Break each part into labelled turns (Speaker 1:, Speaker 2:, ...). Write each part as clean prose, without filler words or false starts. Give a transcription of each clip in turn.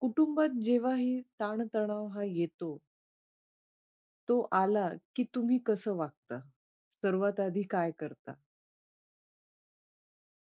Speaker 1: कुटुंबात जेव्हाही ताणतणाव हा येतो, तो आला की तुम्ही कसं वागता? सर्वात आधी काय करता?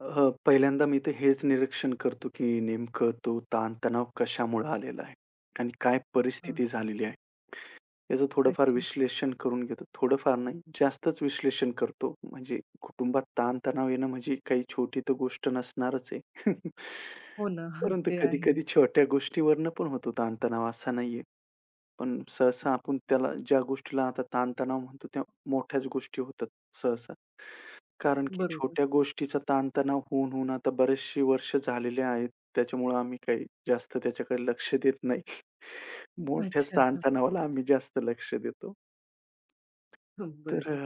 Speaker 2: अ, पहिल्यांदा मी तर हेच निरीक्षण करतो, की नेमकं तो ताण-तणाव कशामुळे आलेला आहे आणि काय
Speaker 1: हां,
Speaker 2: परिस्थिती झालेली आहे. याचं थोडंफार
Speaker 1: अच्छा.
Speaker 2: विश्लेषण करून घेतो. थोडंफार नाही, जास्तच विश्लेषण करतो. म्हणजे कुटुंबात ताण-तणाव येणं म्हणजे काही छोटी तर गोष्ट नसणारच आहे.
Speaker 1: हो ना. हां,
Speaker 2: परंतु
Speaker 1: ते आहे.
Speaker 2: कधी-कधी छोट्या गोष्टीवरनं पण होतो ताण असा नाहीये. पण सहसा आपण त्याला ज्या गोष्टीला आता ताणतणाव म्हणतो, त्या मोठ्याच गोष्टी होतात सहसा. कारण की
Speaker 1: बरोबर.
Speaker 2: छोट्या गोष्टीचा ताणतणाव होऊन आता बरेचशी वर्ष झालेली आहेत. त्याच्यामुळं आम्ही काही जास्त त्याच्याकडे लक्ष देत नाही. मोठ्याच
Speaker 1: अच्छा. हां,
Speaker 2: ताणतणावाला आम्ही जास्त लक्ष देतो. तर अ,
Speaker 1: बरं.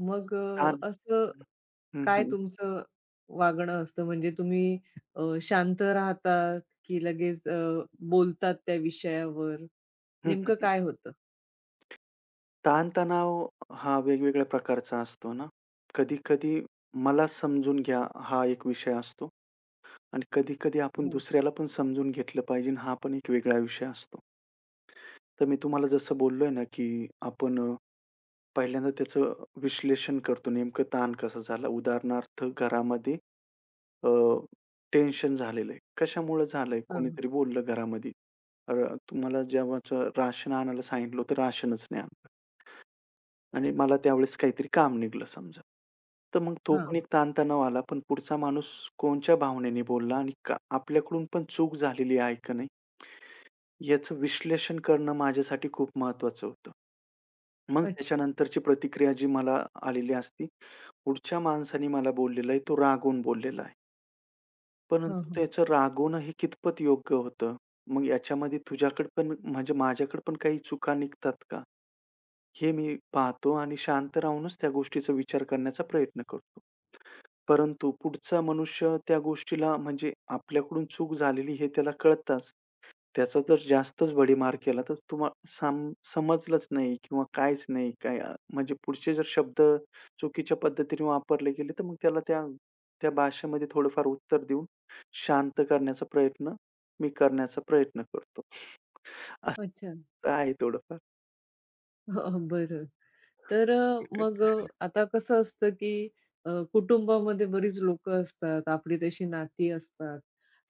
Speaker 1: मग
Speaker 2: ताण
Speaker 1: असं
Speaker 2: हं,
Speaker 1: काय
Speaker 2: हं.
Speaker 1: तुमचं वागणं असतं? म्हणजे तुम्ही अ, शांत राहतात की लगेच बोलतात त्या विषयावर?
Speaker 2: हं,
Speaker 1: नेमकं
Speaker 2: हं,
Speaker 1: काय होतं?
Speaker 2: ताणतणाव हा वेगवेगळ्या प्रकारचा असतो ना. कधी-कधी मला समजून घ्या हा एक विषय असतो. आणि कधी-कधी आपण
Speaker 1: हो.
Speaker 2: दुसऱ्याला पण समजून घेतलं पाहिजे. हा पण एक वेगळा विषय असतो. तर मी तुम्हाला जसं बोललोय ना, की आपण पहिल्यांदा त्याचं विश्लेषण करतो. नेमकं ताण कसा झाला? उदाहरणार्थ घरामध्ये अ, टेन्शन झालेलं आहे. कशामुळं झालंय?
Speaker 1: हां,
Speaker 2: कोणीतरी बोललं घरामध्ये. अ, तुम्हाला जेव्हाचं राशन आणायला सांगितलं होतं, राशनच नाही आणलं. आणि मला त्यावेळेस काहीतरी काम निघालं समजा. तर मग तो
Speaker 1: हां.
Speaker 2: पण एक ताणतणाव आला, पण पुढचा माणूस कोणच्या भावनेने बोलला आणि का आपल्याकडून पण चूक झालेली आहे का नाही, याचं विश्लेषण करणं माझ्यासाठी खूप महत्त्वाचं होतं. मग
Speaker 1: अच्छा.
Speaker 2: त्याच्यानंतरची प्रतिक्रिया जी मला आलेली असती, पुढच्या माणसाने मला बोललेला आहे, तो रागवून बोललेला आहे.
Speaker 1: हां,
Speaker 2: परंतु
Speaker 1: हां.
Speaker 2: त्याचं रागवणं हे कितपत योग्य होतं? मग याच्यामध्ये तुझ्याकडे पण म्हणजे माझ्याकडे पण काही चुका निघतात का? हे मी पाहतो आणि शांत राहूनच त्या गोष्टीचा विचार करण्याचा प्रयत्न करतो. परंतु पुढचा मनुष्य त्या गोष्टीला म्हणजे आपल्याकडून चूक झालेली हे त्याला कळताच, त्याचा जर जास्तच भडीमार केला तर तुम्हा सम समजलंच नाही किंवा काहीच नाही. काय म्हणजे पुढचे जर शब्द चुकीच्या पद्धतीने वापरले गेले, तर मग त्याला त्या त्या भाषेमध्ये थोडंफार उत्तर देऊन शांत करण्याचा प्रयत्न मी करण्याचा प्रयत्न करतो. असं
Speaker 1: अच्छा.
Speaker 2: आहे थोडंफार.
Speaker 1: हं, हं. बरं. तर मग आता कसं असतं, की कुटुंबामध्ये बरीच लोकं असतात, आपली तशी नाती असतात.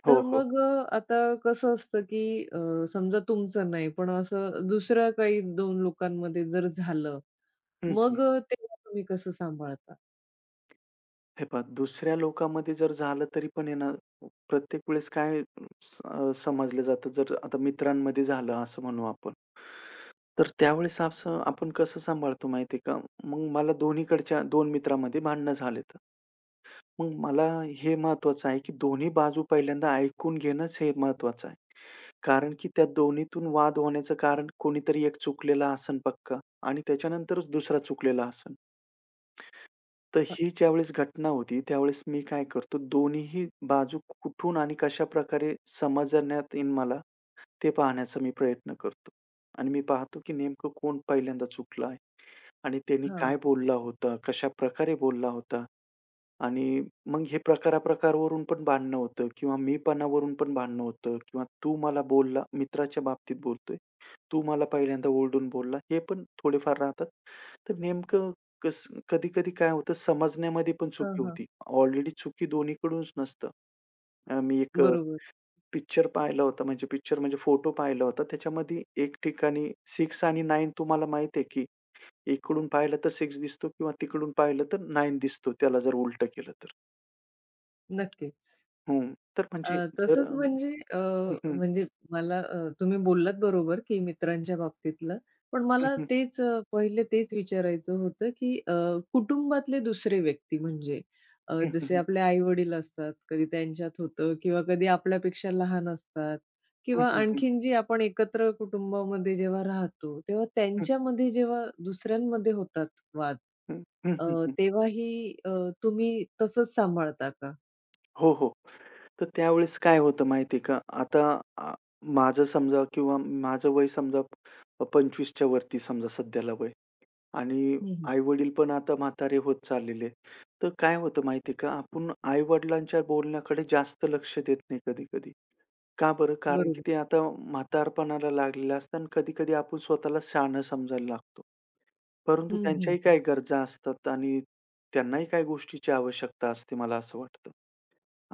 Speaker 2: हो,
Speaker 1: तर
Speaker 2: हो.
Speaker 1: मग आता कसं असतं, की अ, समजा तुमचं नाही, पण असं दुसऱ्या काही 2 लोकांमध्ये जर झालं,
Speaker 2: हं, हं.
Speaker 1: मग तेव्हा तुम्ही कसं सांभाळता?
Speaker 2: हे पहा, दुसऱ्या लोकामध्ये जर झालं तरी पण आहे ना, प्रत्येक वेळेस काय समजलं जातं, जर आता मित्रांमध्ये झालं असं म्हणू आपण. तर त्यावेळेस असं आपण कसं सांभाळतो माहिती आहे का? मग मला दोन्हीकडच्या दोन मित्रामध्ये भांडणं झाले तर. मग मला हे महत्वाचं आहे, की दोन्ही बाजू पहिल्यांदा ऐकून घेणंच हे महत्वाचं आहे. कारण की त्या दोन्हीतून वाद होण्याचं कारण कोणीतरी एक चुकलेला असेल पक्का आणि त्याच्यानंतरच दुसरा चुकलेला असेल. तर
Speaker 1: अ,
Speaker 2: ही ज्यावेळेस घटना होती, त्यावेळेस मी काय करतो, दोन्हीही बाजू कुठून आणि कशा प्रकारे समजण्यात येईल मला, ते पाहण्याचा मी प्रयत्न करतो. आणि मी पाहतो की नेमकं कोण पहिल्यांदा चुकलं आहे आणि त्यांनी
Speaker 1: हां.
Speaker 2: काय बोलला होता, कशाप्रकारे बोलला होता. आणि मग हे प्रकारा-प्रकारवरून पण भांडणं होतं किंवा मीपणावरून पण भांडणं होतं किंवा तू मला बोलला मित्राच्या बाबतीत बोलतोय. तू मला पहिल्यांदा ओरडून बोलला, हे पण थोडेफार राहतात. तर नेमकं कसं कधी-कधी काय होतं समजण्यामध्ये पण चुकी
Speaker 1: हां,
Speaker 2: होती. ऑलरेडी चुकी दोन्हीकडूनच नसतं. मी एक
Speaker 1: बरोबर.
Speaker 2: पिक्चर पाहिला होता म्हणजे पिक्चर म्हणजे फोटो पाहिला होता. त्याच्यामध्ये एक ठिकाणी 6 आणि 9 तुम्हाला माहिती आहे, की इकडून पाहिलं तर 6 दिसतो किंवा तिकडून पाहिलं तर 9 दिसतो त्याला जर उलटं केलं तर.
Speaker 1: नक्कीच.
Speaker 2: हो. तर
Speaker 1: अ,
Speaker 2: म्हणजे जर अ,
Speaker 1: तसंच म्हणजे
Speaker 2: हं, हं,
Speaker 1: म्हणजे मला तुम्ही बोललात बरोबर, की मित्रांच्या बाबतीतलं. पण
Speaker 2: हं,
Speaker 1: मला
Speaker 2: हं,
Speaker 1: तेच पहिले तेच विचारायचं होतं, की कुटुंबातले दुसरे व्यक्ती म्हणजे
Speaker 2: हं,
Speaker 1: जसे
Speaker 2: हं,
Speaker 1: आपले आई-वडील असतात, कधी त्यांच्यात होतं किंवा कधी आपल्यापेक्षा लहान असतात
Speaker 2: हं,
Speaker 1: किंवा
Speaker 2: हं, हं, हं,
Speaker 1: आणखीन जी आपण एकत्र कुटुंबामध्ये जेव्हा राहतो, तेव्हा
Speaker 2: हं,
Speaker 1: त्यांच्यामध्ये जेव्हा दुसऱ्यांमध्ये होतात वाद,
Speaker 2: हं, हं, हं,
Speaker 1: तेव्हाही तुम्ही तसंच सांभाळता का?
Speaker 2: हो, हो. तर त्यावेळेस काय होतं माहिती का, आता अ, माझं समजा किंवा माझं वय समजा 25च्या वरती समजा सध्याला वय आणि
Speaker 1: हं,
Speaker 2: आई-वडील पण आता म्हातारे होत चाललेले तर काय होतं माहिती का, आपण आई-वडिलांच्या बोलण्याकडे जास्त लक्ष देत नाही कधी-कधी. का बरं? कारण की
Speaker 1: बरोबर.
Speaker 2: ते आता म्हातारपणाला लागलेलं असतं आणि कधी-कधी आपण स्वतःला शहाणं समजायला लागतो.
Speaker 1: हं,
Speaker 2: परंतु
Speaker 1: हं,
Speaker 2: त्यांच्याही
Speaker 1: हं.
Speaker 2: काही गरजा असतात आणि त्यांनाही काही गोष्टीची आवश्यकता असते मला असं वाटतं.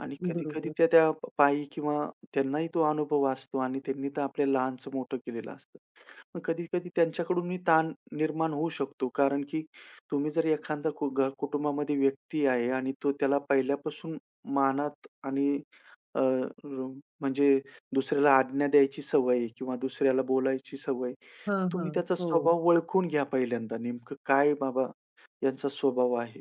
Speaker 2: आणि कधी-कधी
Speaker 1: बरोबर.
Speaker 2: त्या त्या पायी किंवा त्यांनाही तो अनुभव असतो आणि त्यांनी तर आपल्याला लहानचं मोठं केलेलं असतं. मग कधी-कधी त्यांच्याकडूनही ताण निर्माण होऊ शकतो. कारण की तुम्ही जर एखादा घर कुटुंबामध्ये व्यक्ती आहे आणि तो त्याला पहिल्यापासून मानात आणि अ, रूम म्हणजे दुसऱ्याला आज्ञा द्यायची सवय आहे किंवा दुसऱ्याला बोलायची सवय आहे.
Speaker 1: हां,
Speaker 2: तुम्ही
Speaker 1: हां.
Speaker 2: त्याचा
Speaker 1: हो.
Speaker 2: स्वभाव ओळखून घ्या पहिल्यांदा. नेमकं काय बाबा यांचा स्वभाव आहे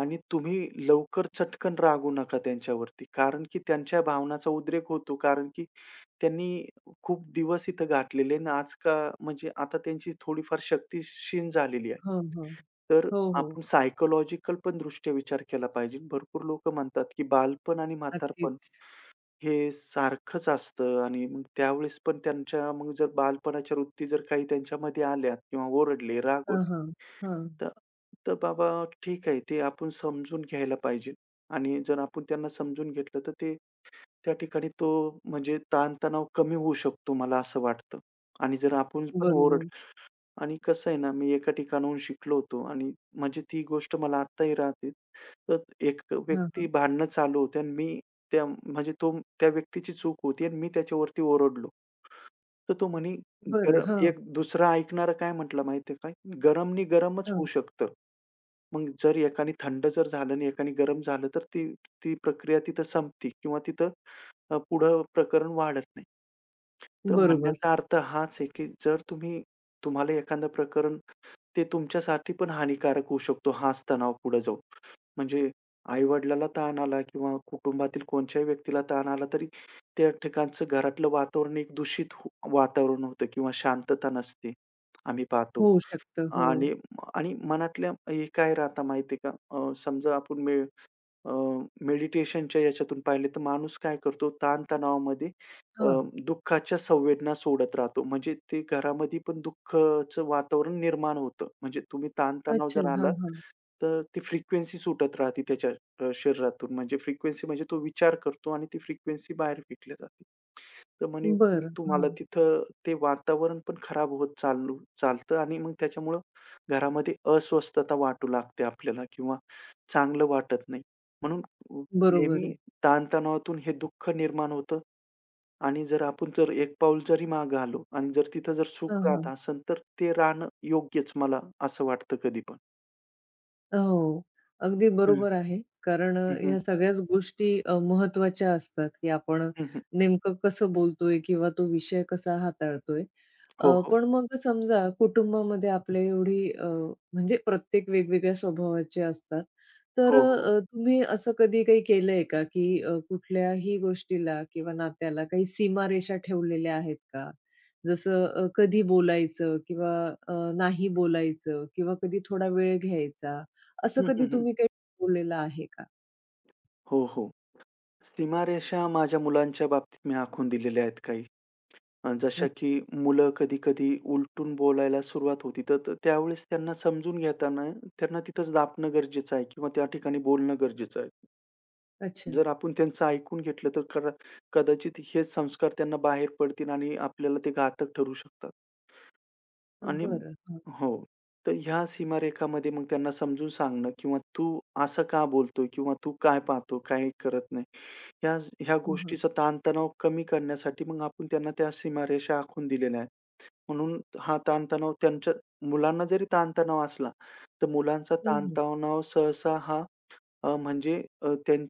Speaker 2: आणि तुम्ही लवकर चटकन रागू नका त्यांच्यावरती. कारण की त्यांच्या भावनांचा उद्रेक होतो. कारण की त्यांनी खूप दिवस इथं गाठलेले आणि आज का म्हणजे आता त्यांची थोडीफार शक्ती क्षीण झालेली आहे.
Speaker 1: हां, हां.
Speaker 2: तर
Speaker 1: हो, हो.
Speaker 2: आपण सायकॉलॉजिकल पण दृष्ट्या विचार केला पाहिजे. भरपूर लोकं म्हणतात की बालपण आणि म्हातारपण
Speaker 1: नक्कीच.
Speaker 2: हे सारखंच असतं आणि मग त्यावेळेस पण त्यांच्या मग जर बालपणाच्या वृत्ती जर काही त्यांच्यामध्ये आल्या किंवा ओरडले,
Speaker 1: हां,
Speaker 2: रागवले,
Speaker 1: हां. हां.
Speaker 2: तर तर बाबा ठीक आहे, ते आपण समजून घ्यायला पाहिजे आणि जर आपण त्यांना समजून घेतलं, तर ते त्या ठिकाणी तो म्हणजे ताणतणाव कमी होऊ शकतो, मला असं वाटतं आणि जर आपण पण
Speaker 1: बरोबर.
Speaker 2: ओरडलं आणि कसं आहे ना, मी एका ठिकाणाहून शिकलो होतो आणि म्हणजे ती गोष्ट मला आत्ताही राहते. तर एक
Speaker 1: हां,
Speaker 2: व्यक्ती
Speaker 1: हां.
Speaker 2: भांडणं चालू होते आणि मी त्या म्हणजे तो त्या व्यक्तीची चूक होती आणि मी त्याच्यावरती ओरडलो. तर तो म्हणे
Speaker 1: बरं.
Speaker 2: गरम
Speaker 1: हां,
Speaker 2: एक दुसरा ऐकणारा काय म्हटला माहिती आहे काय? गरमनी गरमच होऊ
Speaker 1: हां.
Speaker 2: शकतं. मग जर एकाने थंड जर झालं आणि एकाने गरम झालं, तर ती ती प्रक्रिया तिथं संपते किंवा तिथं पुढं प्रकरण वाढत नाही. तर
Speaker 1: बरोबर.
Speaker 2: म्हणण्याचा अर्थ हाच आहे, की जर तुम्ही तुम्हाला एखादं प्रकरण ते तुमच्यासाठी पण हानिकारक होऊ शकतो हाच तणाव पुढे जाऊन. म्हणजे आई-वडिलाला ताण आला किंवा कुटुंबातील कोणत्याही व्यक्तीला ताण आला तरी त्या ठिकाणचं घरातलं वातावरण एक दूषित हो वातावरण होतं किंवा शांतता नसते. आम्ही पाहतो
Speaker 1: होऊ शकतं. हो.
Speaker 2: आणि आणि मनातल्या हे काय राहतं माहिती आहे का? समजा आपण अ, मेडिटेशनच्या याच्यातून पाहिले तर माणूस काय करतो ताणतणावामध्ये अ,
Speaker 1: हां.
Speaker 2: दुःखाच्या संवेदना सोडत राहतो. म्हणजे ते घरामध्ये पण दुःखाचं वातावरण निर्माण होतं. म्हणजे तुम्ही ताणतणाव
Speaker 1: अच्छा.
Speaker 2: जर
Speaker 1: हां,
Speaker 2: आला
Speaker 1: हां.
Speaker 2: तर ती फ्रिक्वेन्सी सुटत राहते त्याच्या शरीरातून. म्हणजे फ्रिक्वेन्सी म्हणजे तो विचार करतो आणि ती फ्रिक्वेन्सी बाहेर फेकली जाते. तर म्हणे मग
Speaker 1: बरं.
Speaker 2: तुम्हाला
Speaker 1: हां.
Speaker 2: तिथं ते वातावरण पण खराब होत चालतं आणि मग त्याच्यामुळं घरामध्ये अस्वस्थता वाटू लागते आपल्याला किंवा चांगलं वाटत नाही. म्हणून
Speaker 1: बरोबर
Speaker 2: नेहमी
Speaker 1: आहे.
Speaker 2: ताणतणावातून हे दुःख निर्माण होतं आणि जर आपण जर एक पाऊल जरी मागे आलो आणि जर तिथं जर
Speaker 1: हां,
Speaker 2: सुख राहत
Speaker 1: हां.
Speaker 2: असेल, तर ते राहणं योग्यच मला असं वाटतं कधी पण.
Speaker 1: हो. अगदी
Speaker 2: हं.
Speaker 1: बरोबर आहे. कारण
Speaker 2: हं, हं.
Speaker 1: ह्या सगळ्याच गोष्टी महत्त्वाच्या असतात, की आपण
Speaker 2: हं, हं.
Speaker 1: नेमकं कसं बोलतोय किंवा तो विषय कसा हाताळतोय.
Speaker 2: हो, हो.
Speaker 1: पण मग समजा कुटुंबामध्ये आपल्या एवढी म्हणजे प्रत्येक वेगवेगळ्या स्वभावाचे असतात. तर
Speaker 2: हो, हो.
Speaker 1: तुम्ही असं कधी काही केलंय का, की कुठल्याही गोष्टीला किंवा नात्याला काही सीमारेषा ठेवलेल्या आहेत का? जसं कधी बोलायचं किंवा नाही बोलायचं किंवा कधी थोडा वेळ घ्यायचा, असं
Speaker 2: हं,
Speaker 1: कधी
Speaker 2: हं, हं.
Speaker 1: तुम्ही काही ठरवलेलं आहे का?
Speaker 2: हो, हो. सीमारेषा माझ्या मुलांच्या बाबतीत मी आखून दिलेल्या आहेत काही. जशा की
Speaker 1: अच्छा,
Speaker 2: मुलं कधी-कधी उलटून बोलायला सुरुवात होती, तर तर त्यावेळेस त्यांना समजून घेताना त्यांना तिथंच दाबणं गरजेचं आहे किंवा त्या ठिकाणी बोलणं गरजेचं आहे.
Speaker 1: अच्छा.
Speaker 2: जर आपण त्यांचं ऐकून घेतलं तर कदाचित हेच संस्कार त्यांना बाहेर पडतील आणि आपल्याला ते घातक ठरू शकतात. आणि
Speaker 1: बरं. हां,
Speaker 2: हो. तर ह्या सीमारेखामध्ये मग त्यांना समजून सांगणं किंवा तू असं का बोलतोय किंवा तू काय पाहतो, काय करत नाही. ह्या ह्या
Speaker 1: हां, हां.
Speaker 2: गोष्टीचा ताणतणाव कमी करण्यासाठी मग आपण त्यांना त्या सीमारेषा आखून दिलेल्या आहेत. म्हणून हा ताणतणाव त्यांच्या मुलांना जरी ताणतणाव असला, तर मुलांचा
Speaker 1: हं, हं.
Speaker 2: ताणतणाव सहसा हा अ, म्हणजे अ, त्यां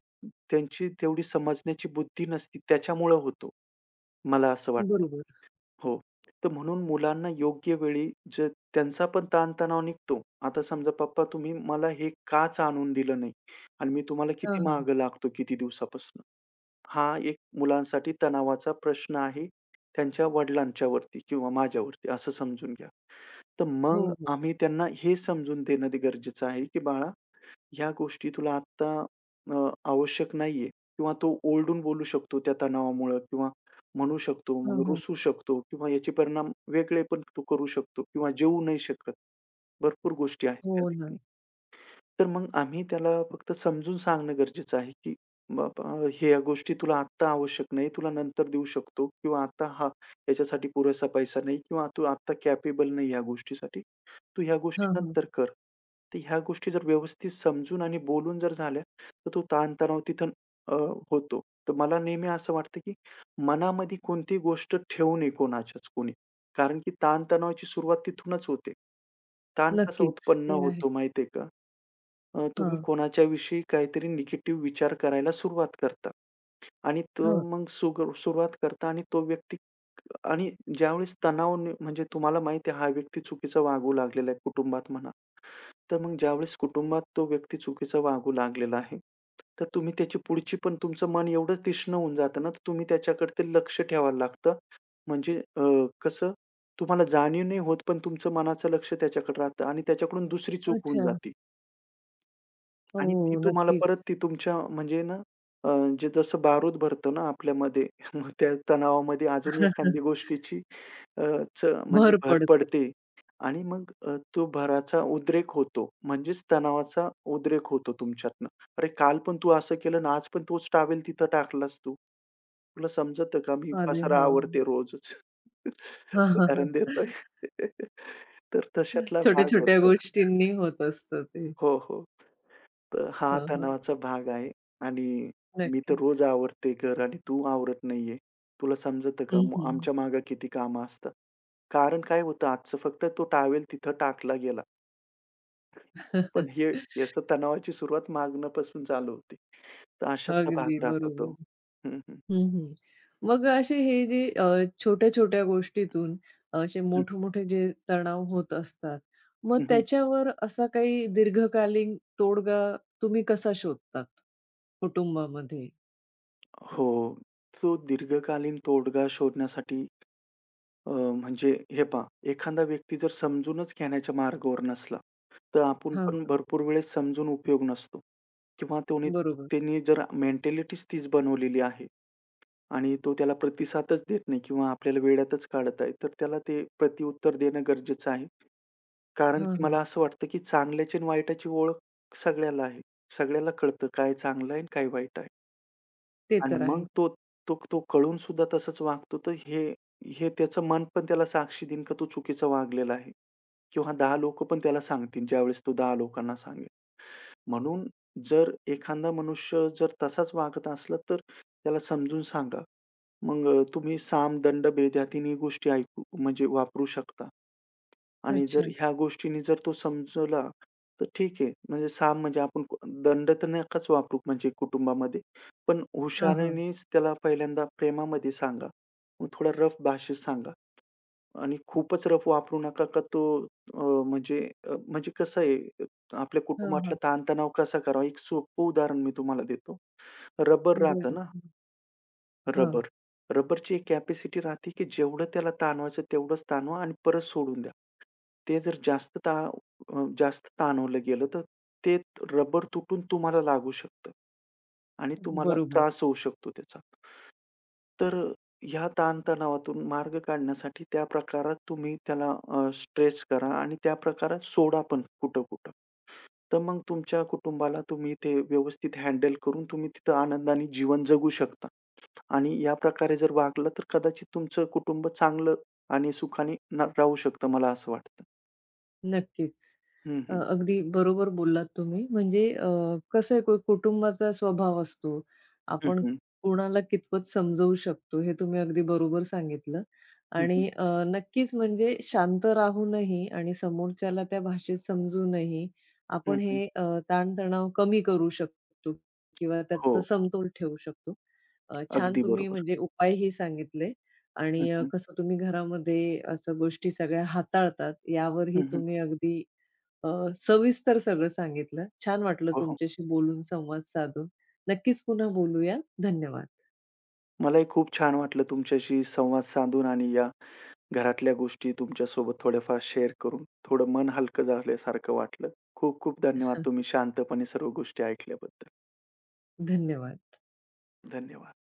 Speaker 2: त्यांची तेवढी समजण्याची बुद्धी नसती त्याच्यामुळं होतो. मला असं वाटतं.
Speaker 1: बरोबर.
Speaker 2: हो. तर म्हणून मुलांना योग्य वेळी जे त्यांचा पण ताणतणाव निघतो. आता समजा "पप्पा तुम्ही मला हे काच आणून दिलं नाही आणि मी तुम्हाला
Speaker 1: हां,
Speaker 2: किती
Speaker 1: हां.
Speaker 2: मागं लागतो किती दिवसापासून." हा एक मुलांसाठी तणावाचा प्रश्न आहे त्यांच्या वडिलांच्यावरती किंवा माझ्यावरती असं समजून घ्या. तर मग
Speaker 1: हो, हो.
Speaker 2: आम्ही त्यांना हे समजून देणं ते गरजेचं आहे, की "बाळा ह्या गोष्टी तुला आत्ता आवश्यक नाहीये किंवा तो ओरडून बोलू शकतो त्या तणावामुळं किंवा म्हणू शकतो,
Speaker 1: हां,
Speaker 2: मग
Speaker 1: हां.
Speaker 2: रुसू शकतो किंवा याचे परिणाम वेगळे पण तो करू शकतो किंवा जेवू नाही शकत. भरपूर गोष्टी आहेत त्या
Speaker 1: हो ना.
Speaker 2: ठिकाणी. तर मग आम्ही त्याला फक्त समजून सांगणं गरजेचं आहे, की "बाबा ह्या गोष्टी तुला आत्ता आवश्यक नाही, तुला नंतर देऊ शकतो किंवा आता हा याच्यासाठी पुरेसा पैसा नाही किंवा तू आत्ता कॅपेबल नाही ह्या गोष्टीसाठी. तू ह्या
Speaker 1: हां,
Speaker 2: गोष्टी
Speaker 1: हां.
Speaker 2: नंतर कर. तर ह्या गोष्टी जर व्यवस्थित समजून आणि बोलून जर झाल्या, तर तो ताणतणाव तिथं अ, होतो. तर मला नेहमी असं वाटतं, की मनामध्ये कोणती गोष्ट ठेवू नये कोणाच्याच कोणी. कारण की ताणतणावाची सुरुवात तिथूनच होते. ताण कसा
Speaker 1: नक्कीच.
Speaker 2: उत्पन्न
Speaker 1: ते आहे.
Speaker 2: होतो माहिती का? तुम्ही
Speaker 1: हां,
Speaker 2: कोणाच्याविषयी काहीतरी निगेटिव्ह विचार करायला सुरुवात करता. आणि तो
Speaker 1: हां.
Speaker 2: मग सुरुवात करता आणि तो व्यक्ती आणि ज्यावेळेस तणाव नि म्हणजे तुम्हाला माहिती आहे हा व्यक्ती चुकीचा वागू लागलेला आहे कुटुंबात म्हणा. तर मग ज्यावेळेस कुटुंबात तो व्यक्ती चुकीचा वागू लागलेला आहे, तर तुम्ही त्याची पुढची पण तुमचं मन एवढं तीक्ष्ण होऊन जातं ना, तर तुम्ही त्याच्याकडे ते लक्ष ठेवायला लागतं. म्हणजे अ, कसं तुम्हाला जाणीव नाही होत, पण तुमचं मनाचं लक्ष त्याच्याकडे राहतं आणि त्याच्याकडून दुसरी चूक होऊन
Speaker 1: अच्छा.
Speaker 2: जाते.
Speaker 1: हो,
Speaker 2: आणि ती तुम्हाला
Speaker 1: नक्कीच.
Speaker 2: परत ती तुमच्या म्हणजे ना अ, जे जसं बारूद भरतं ना आपल्यामध्ये मग त्या तणावामध्ये अजून एखाद्या गोष्टीची अ, च म्हणजे
Speaker 1: भर
Speaker 2: भर
Speaker 1: पडते.
Speaker 2: पडते आणि मग तो भराचा उद्रेक होतो. म्हणजेच तणावाचा उद्रेक होतो तुमच्यातनं. "अरे, काल पण तू असं केलं आणि आज पण तोच टॉवेल तिथं टाकलास तू. तुला समजतं का मी
Speaker 1: अरे
Speaker 2: पसारा
Speaker 1: हां.
Speaker 2: आवरते रोजच."
Speaker 1: हां, हां,
Speaker 2: उदाहरण
Speaker 1: हां.
Speaker 2: देतोय. तर तशातला भाग
Speaker 1: छोट्या-छोट्या
Speaker 2: होतो.
Speaker 1: गोष्टींनी होत असतं ते.
Speaker 2: हो, हो. तर हा
Speaker 1: हां, हां.
Speaker 2: तणावाचा भाग आहे आणि मी तर रोज
Speaker 1: नक्कीच.
Speaker 2: आवरते घर आणि तू आवरत नाहीये. तुला समजतं का?
Speaker 1: हं,
Speaker 2: मग
Speaker 1: हं.
Speaker 2: आमच्या मागे किती कामं असतात. कारण काय होतं आजचं फक्त तो टॉवेल तिथं टाकला गेला. पण हे याचा तणावाची सुरुवात मागण्यापासून चालू होते. तर अशातला
Speaker 1: अगदी
Speaker 2: भाग राहतो
Speaker 1: बरोबर.
Speaker 2: तो. हं, हं.
Speaker 1: हं, हं. मग असे हे जे छोट्या-छोट्या गोष्टीतून असे
Speaker 2: हं,
Speaker 1: मोठे-मोठे जे तणाव होत असतात, मग
Speaker 2: हं,
Speaker 1: त्याच्यावर असा काही दीर्घकालीन तोडगा तुम्ही कसा शोधतात कुटुंबामध्ये?
Speaker 2: हो. तो दीर्घकालीन तोडगा शोधण्यासाठी म्हणजे हे पहा, एखादा व्यक्ती जर समजूनच घेण्याच्या मार्गावर नसला, तर आपण
Speaker 1: हां.
Speaker 2: पण भरपूर वेळेस समजून उपयोग नसतो किंवा त्याने
Speaker 1: बरोबर.
Speaker 2: त्यांनी जर मेंटॅलिटीच तीच बनवलेली आहे आणि तो त्याला प्रतिसादच देत नाही किंवा आपल्याला वेड्यातच काढत आहे, तर त्याला ते प्रत्युत्तर देणं गरजेचं आहे. कारण
Speaker 1: हां,
Speaker 2: की
Speaker 1: हां.
Speaker 2: मला असं वाटतं, की चांगल्याची आणि वाईटाची ओळख सगळ्याला आहे. सगळ्याला कळतं काय चांगलं आहे आणि काय वाईट आहे.
Speaker 1: ते
Speaker 2: आणि
Speaker 1: तर
Speaker 2: मग
Speaker 1: आहे.
Speaker 2: तो तो तो कळून सुद्धा तसंच वागतो, तर हे हे त्याचं मन पण त्याला साक्षी देईन का तू चुकीचं वागलेला आहे किंवा 10 लोकं पण त्याला सांगतील ज्यावेळेस तो 10 लोकांना सांगेल. म्हणून जर एखादा मनुष्य जर तसाच वागत असला, तर त्याला समजून सांगा. मग तुम्ही साम, दंडभेद या तिन्ही गोष्टी ऐकू म्हणजे वापरू शकता. आणि जर
Speaker 1: अच्छा.
Speaker 2: ह्या गोष्टींनी जर तो समजला, तर ठीक आहे. म्हणजे साम म्हणजे आपण दंड तर नकाच वापरू म्हणजे कुटुंबामध्ये. पण
Speaker 1: हां, हां.
Speaker 2: हुशारीनेच त्याला पहिल्यांदा प्रेमामध्ये सांगा. मग थोडा रफ भाषेत सांगा. आणि खूपच रफ वापरू नका का तो अ, म्हणजे म्हणजे कसं आहे आपल्या
Speaker 1: हां,
Speaker 2: कुटुंबातला
Speaker 1: हां.
Speaker 2: ताणतणाव कसा करावा? एक सोपं उदाहरण मी तुम्हाला देतो. रबर राहतं ना,
Speaker 1: बरं. हां.
Speaker 2: रबर. रबरची एक कॅपॅसिटी राहते, की जेवढं त्याला ताणवायचं तेवढंच ताणवा आणि परत सोडून द्या. ते जर जास्त ताणवलं गेलं, तर ते रबर तुटून तुम्हाला लागू शकतं आणि तुम्हाला
Speaker 1: बरोबर.
Speaker 2: त्रास होऊ शकतो त्याचा. तर ह्या ताणतणावातून मार्ग काढण्यासाठी त्या प्रकारात तुम्ही त्याला स्ट्रेच करा आणि त्या प्रकारात सोडा पण कुठं-कुठं. तर मग तुमच्या कुटुंबाला तुम्ही ते व्यवस्थित हँडल करून तुम्ही तिथं आनंदाने जीवन जगू शकता आणि या प्रकारे जर वागलं तर कदाचित तुमचं कुटुंब चांगलं आणि सुखाने न राहू शकतं मला असं वाटतं.
Speaker 1: नक्कीच.
Speaker 2: हं, हं.
Speaker 1: अगदी बरोबर बोललात तुम्ही. म्हणजे कसं आहे कुटुंबाचा स्वभाव असतो.
Speaker 2: हं,
Speaker 1: आपण
Speaker 2: हं.
Speaker 1: कोणाला कितपत समजवू शकतो हे तुम्ही अगदी बरोबर सांगितलं.
Speaker 2: हं,
Speaker 1: आणि
Speaker 2: हं.
Speaker 1: नक्कीच म्हणजे शांत राहूनही आणि समोरच्याला त्या भाषेत समजूनही आपण
Speaker 2: हं,
Speaker 1: हे ताणतणाव कमी करू शकतो किंवा
Speaker 2: हो.
Speaker 1: त्याचा समतोल ठेवू शकतो. छान
Speaker 2: अगदी
Speaker 1: तुम्ही
Speaker 2: बरोबर.
Speaker 1: म्हणजे उपायही सांगितले आणि
Speaker 2: हं, हं.
Speaker 1: कसं तुम्ही घरामध्ये असं गोष्टी सगळ्या हाताळतात यावरही
Speaker 2: हं, हं.
Speaker 1: तुम्ही अगदी अ, सविस्तर सगळं सांगितलं. छान वाटलं
Speaker 2: हो, हो.
Speaker 1: तुमच्याशी बोलून, संवाद साधून. नक्कीच पुन्हा बोलूया. धन्यवाद.
Speaker 2: मलाही खूप छान वाटलं तुमच्याशी संवाद साधून आणि या घरातल्या गोष्टी तुमच्यासोबत थोड्याफार शेअर करून थोडं मन हलकं झाल्यासारखं वाटलं. खूप खूप धन्यवाद तुम्ही शांतपणे सर्व गोष्टी ऐकल्याबद्दल.
Speaker 1: धन्यवाद.
Speaker 2: धन्यवाद.